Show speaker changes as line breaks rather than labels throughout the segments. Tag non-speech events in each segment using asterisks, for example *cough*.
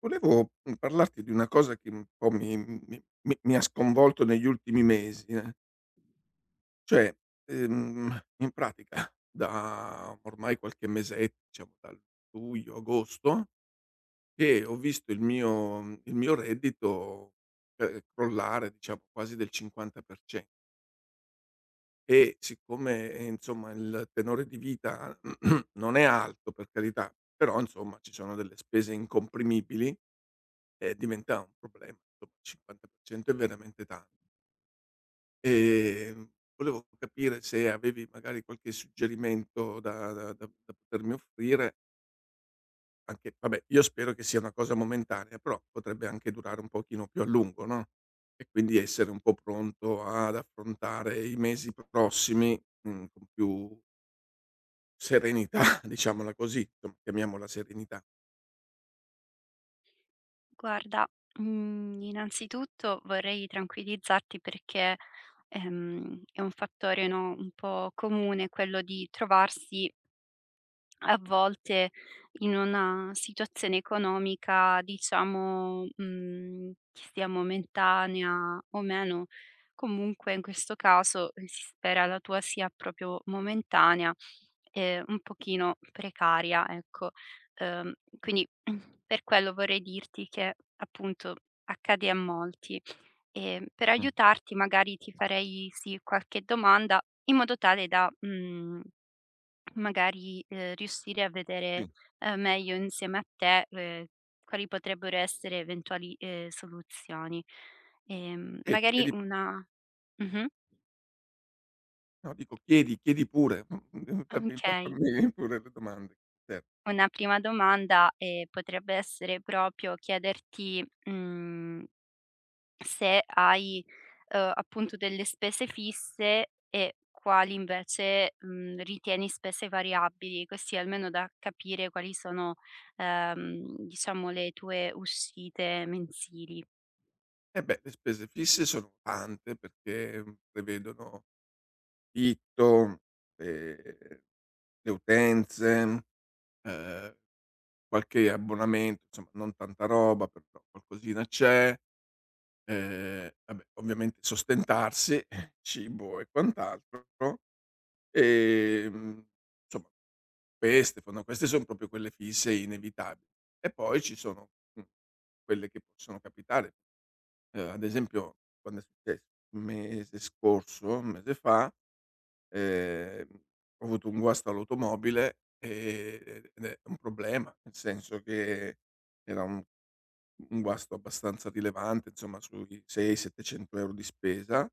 Volevo, parlarti di una cosa che un po' mi ha sconvolto negli ultimi mesi, eh. Cioè, in pratica da ormai qualche mesetto, diciamo dal luglio, agosto, che ho visto il mio reddito, crollare diciamo quasi del 50% e siccome, insomma, il tenore di vita *clears throat* non è alto, per carità, però insomma ci sono delle spese incomprimibili. Diventa un problema, insomma, il 50% è veramente tanto. Volevo capire se avevi magari qualche suggerimento da potermi offrire. Anche, vabbè, io spero che sia una cosa momentanea, però potrebbe anche durare un pochino più a lungo, no, e quindi essere un po' pronto ad affrontare i mesi prossimi, con più serenità, *laughs* diciamola così, insomma, chiamiamola serenità.
Guarda, innanzitutto vorrei tranquillizzarti perché, è un fattore, no, un po' comune quello di trovarsi a volte in una situazione economica, diciamo, che sia momentanea o meno, comunque in questo caso, si spera la tua sia proprio momentanea e un pochino precaria, ecco. Quindi *clears throat* per quello vorrei dirti che, appunto, accade a molti e per
Mh.
aiutarti magari ti farei, sì, qualche domanda in modo tale da, mhmm magari, riuscire a vedere,
Sì.
meglio insieme a te, quali potrebbero essere eventuali, soluzioni.
E e
Magari
di
una mh-mh,
No, dico, chiedi, chiedi pure, *laughs* fammi
okay.
*laughs* pure le domande, cer
Una prima domanda, potrebbe essere proprio chiederti, mhmm se hai, appunto delle spese fisse e quali invece, ritieni spese variabili, così almeno da capire quali sono, diciamo le tue uscite mensili.
eh, beh, le spese fisse sono tante perché, prevedono affitto, ehm, le utenze, ehm, qualche abbonamento, insomma non tanta roba, però qualcosina c'è, vabbè, ovviamente sostentarsi, *laughs* cibo e quant'altro, ehm, insomma. Queste son proprio quelle fisse e inevitabili. E poi ci sono, quelle che possono capitare. Ad esempio, quando è successo un mese scorso, un mese fa, ehm, ho avuto un guasto all'automobile, ed è un problema, nel senso che era un guasto abbastanza rilevante, insomma sui 6, 700 € di spesa,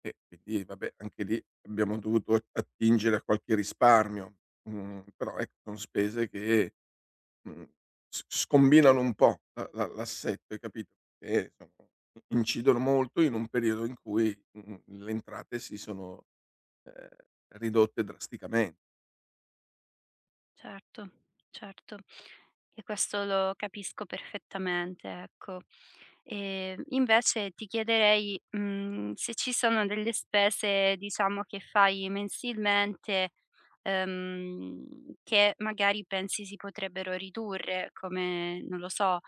e quindi, vabbè, anche lì abbiamo dovuto attingere a qualche risparmio, però ecco, son spese che, mhmm, s scombinano un po' la la l'assetto, hai capito, e sono incidono molto in un periodo in cui, le entrate si sono, ehm, ridotte drasticamente.
Certo, certo. E questo lo capisco perfettamente, ecco. Invece ti chiederei, se ci sono delle spese, diciamo, che fai mensilmente, che magari pensi si potrebbero ridurre, come, non lo so,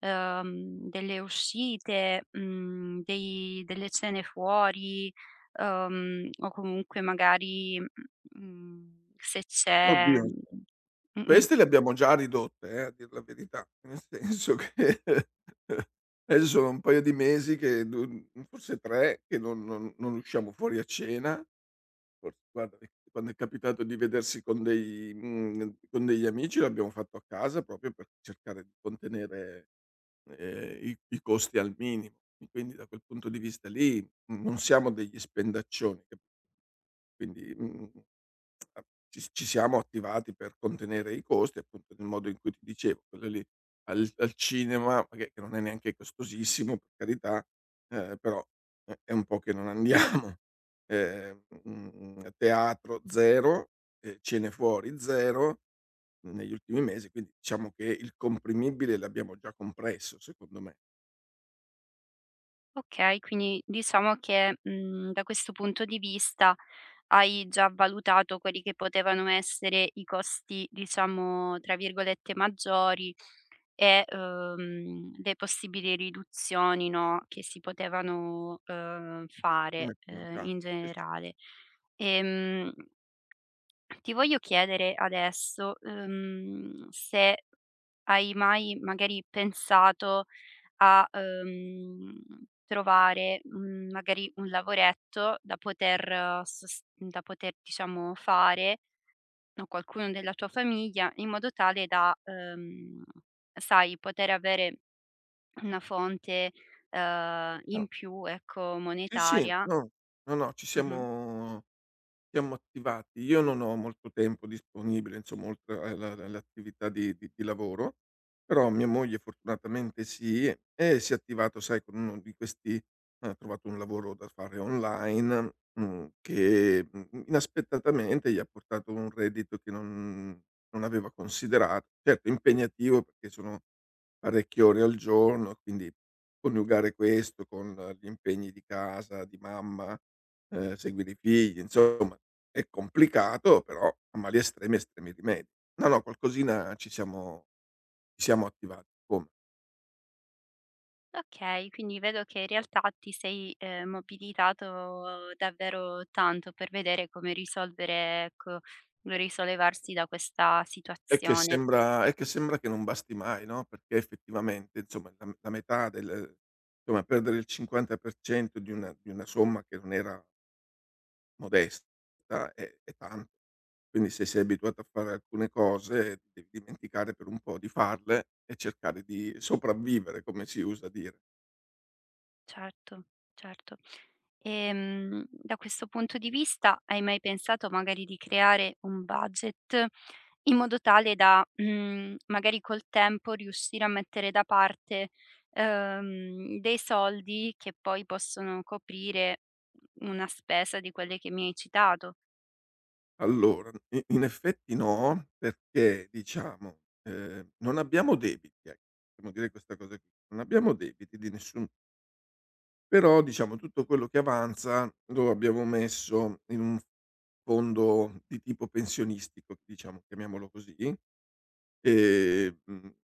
delle uscite, dei delle cene fuori, o comunque magari, se c'è,
Oddio,
mhmm Mh-mh.
queste le abbiamo già ridotte, a dir la verità, nel senso che, *laughs* adesso sono un paio di mesi, che du forse 3, che non usciamo fuori a cena. Forse, guarda, e quando è capitato di vedersi con degli amici, l'abbiamo fatto a casa, proprio per cercare di contenere, i costi al minimo. E quindi da quel punto di vista lì, non siamo degli spendaccioni, capi quindi, mhmm, a ci ci siamo attivati per contenere i costi, appunto nel modo in cui ti dicevo, quello lì, al cinema, che non è neanche costosissimo, per carità, però è un po' che non andia teatro 0, cene fuori 0 negli ultimi mesi, quindi diciamo che il comprimibile l'abbiamo già compresso, secondo me.
Okay, quindi diciamo che, da questo punto di vista hai già valutato quelli che potevano essere i costi, diciamo, tra virgolette "maggiori" e, le possibili riduzioni, no, che si potevano, fare,
Mettere in ca
in
sì, sì,
generale. Ehm, Ti voglio chiedere adesso, se hai mai magari pensato a, trovare, magari un lavoretto da poter diciamo fare a qualcuno della tua famiglia, in modo tale da, sai, poter avere una fonte, in
no,
più, ecco,
sì, sì,
monetaria.
no, no, no, ci
Mh-mh.
siamo siamo attivati. Io non ho molto tempo disponibile, insomma, oltre alla all'attività di lavoro, però mia moglie fortunatamente sì, e si è attivato, sai, con uno di questi, ha trovato un lavoro da fare online, che, inaspettatamente gli ha portato un reddito che non aveva considerato. Certo, impegnativo, perché sono parecchie ore al giorno, quindi coniugare questo con gli impegni di casa, di mamma, seguire i figli, insomma, è complicato, però a mali estremi, estremi rimedi. No, no, qualcosina ci siamo attivati. Come?
Okay, quindi vedo che in realtà ti sei, mobilitato davvero tanto per vedere come risolvere, ecco, risollevarsi da questa situazione.
È che sembra che non basti mai, no, perché effettivamente, insomma, la la metà del insomma, perdere il 50% di una somma che non era modesta, è tanto. Quindi se sei abituato a fare alcune cose, devi dimenticare per un po' di farle e cercare di sopravvivere, come si usa dire.
Certo, certo. Da questo punto di vista hai mai pensato magari di creare un budget in modo tale da, magari col tempo riuscire a mettere da parte, dei soldi che poi possono coprire una spesa di quelle che mi hai citato?
Allora, i in effetti no, perché diciamo, non abbiamo debiti, ecco, possiamo dire questa cosa qui. Non abbiamo debiti di nessun, però diciamo tutto quello che avanza lo abbiamo messo in un fondo di tipo pensionistico, diciamo, chiamiamolo così, ehm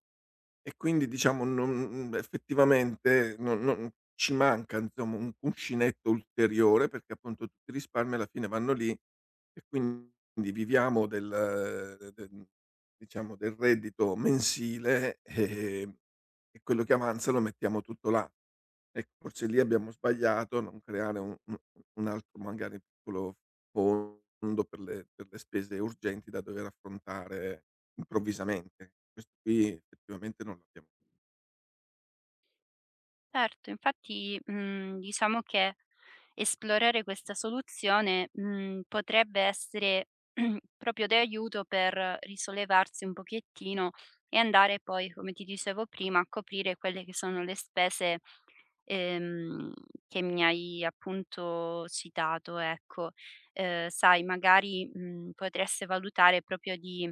e quindi diciamo non mhmm, effettivamente non ci manca, insomma, un cuscinetto ulteriore, perché appunto tutti i risparmi alla fine vanno lì, e quindi viviamo del del diciamo del reddito mensile, e quello che avanza lo mettiamo tutto là. Ecco, forse lì abbiamo sbagliato a non creare un altro, magari piccolo, fondo per le spese urgenti da dover affrontare improvvisamente. Questo qui effettivamente non l'abbiamo.
Certo, infatti, diciamo che esplorare questa soluzione, potrebbe essere *clears throat* proprio d'aiuto per risollevarsi un pochettino e andare poi, come ti dicevo prima, a coprire quelle che sono le spese, ehm, che mi hai appunto citato, ecco. Sai, magari, potreste valutare proprio di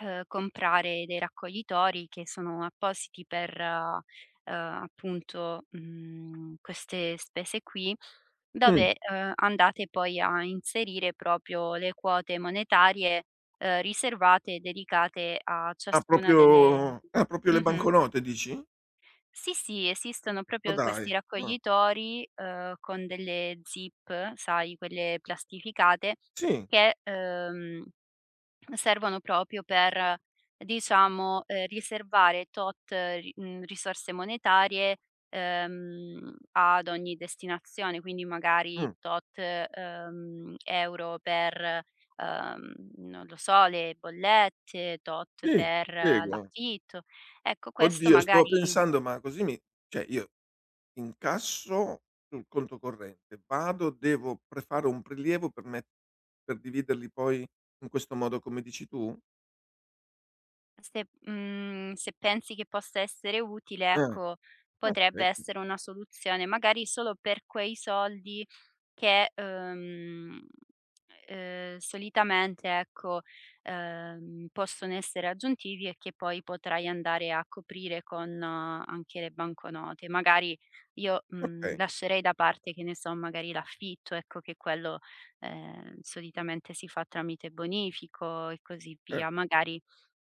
Comprare dei raccoglitori che sono appositi per, appunto, queste spese qui,
mh,
dove, andate poi a inserire proprio le quote monetarie, riservate e dedicate a
ah
ciascuna
proprio
delle
ah proprio le
mh-mh.
banconote, dici?
Sì, sì, esistono
Ma
proprio
dai,
questi
ah,
raccoglitori, con delle zip, sai, quelle plastificate
sì,
che, Servono proprio per, diciamo, riservare tot ri mhmm, risorse monetarie, ad ogni destinazione, quindi magari
mh,
tot, euro per, non lo so, le bollette, tot
sì,
per
ti seguo.
l'affitto. Ecco, questo
Oddio, stavo
magari
pensando, ma così mi cioè, io incasso sul conto corrente, vado, devo prefare un prelievo per me, per dividerli poi in questo modo, come dici tu?
Se se pensi che possa essere utile,
Ah,
ecco, potrebbe
okay,
essere una soluzione, magari solo per quei soldi che, solitamente, ecco, possono essere aggiuntivi e che poi potrai andare a coprire con anche le banconote. Magari io,
okay,
lascerei da parte, che ne so, magari l'affitto, ecco, che quello, solitamente si fa tramite bonifico e così
cer
via. Magari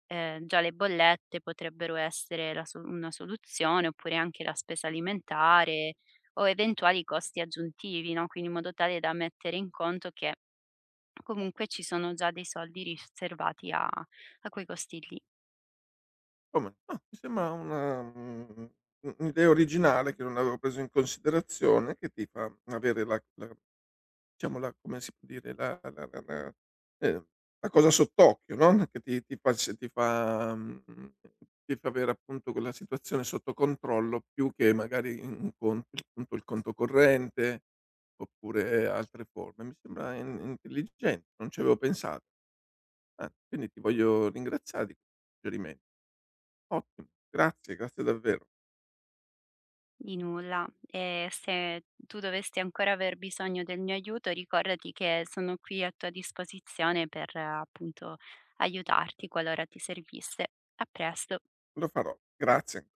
già le bollette potrebbero essere la so una soluzione, oppure anche la spesa alimentare o eventuali costi aggiuntivi, no, quindi in modo tale da mettere in conto che comunque ci sono già dei soldi riservati a quei costi lì.
come no, mi sembra una mhmm, u un'idea originale che non avevo preso in considerazione, che ti fa avere la la diciamo la come si può dire, la ehm, la cosa sott'occhio, no, che ti ti fa s ti fa mhmm, ti fa avere appunto quella situazione sotto controllo, più che magari in un conto il conto il conto corrente, oppure altre forme. Mi sembra in intelligente, non ci avevo pensato. Anzi, quindi ti voglio ringraziare di questo suggerimento. Ottimo, grazie, grazie davvero.
Di nulla. E se tu dovessi ancora aver bisogno del mio aiuto, ricordati che sono qui a tua disposizione per, appunto, aiutarti qualora ti servisse. A presto.
Lo farò. Grazie.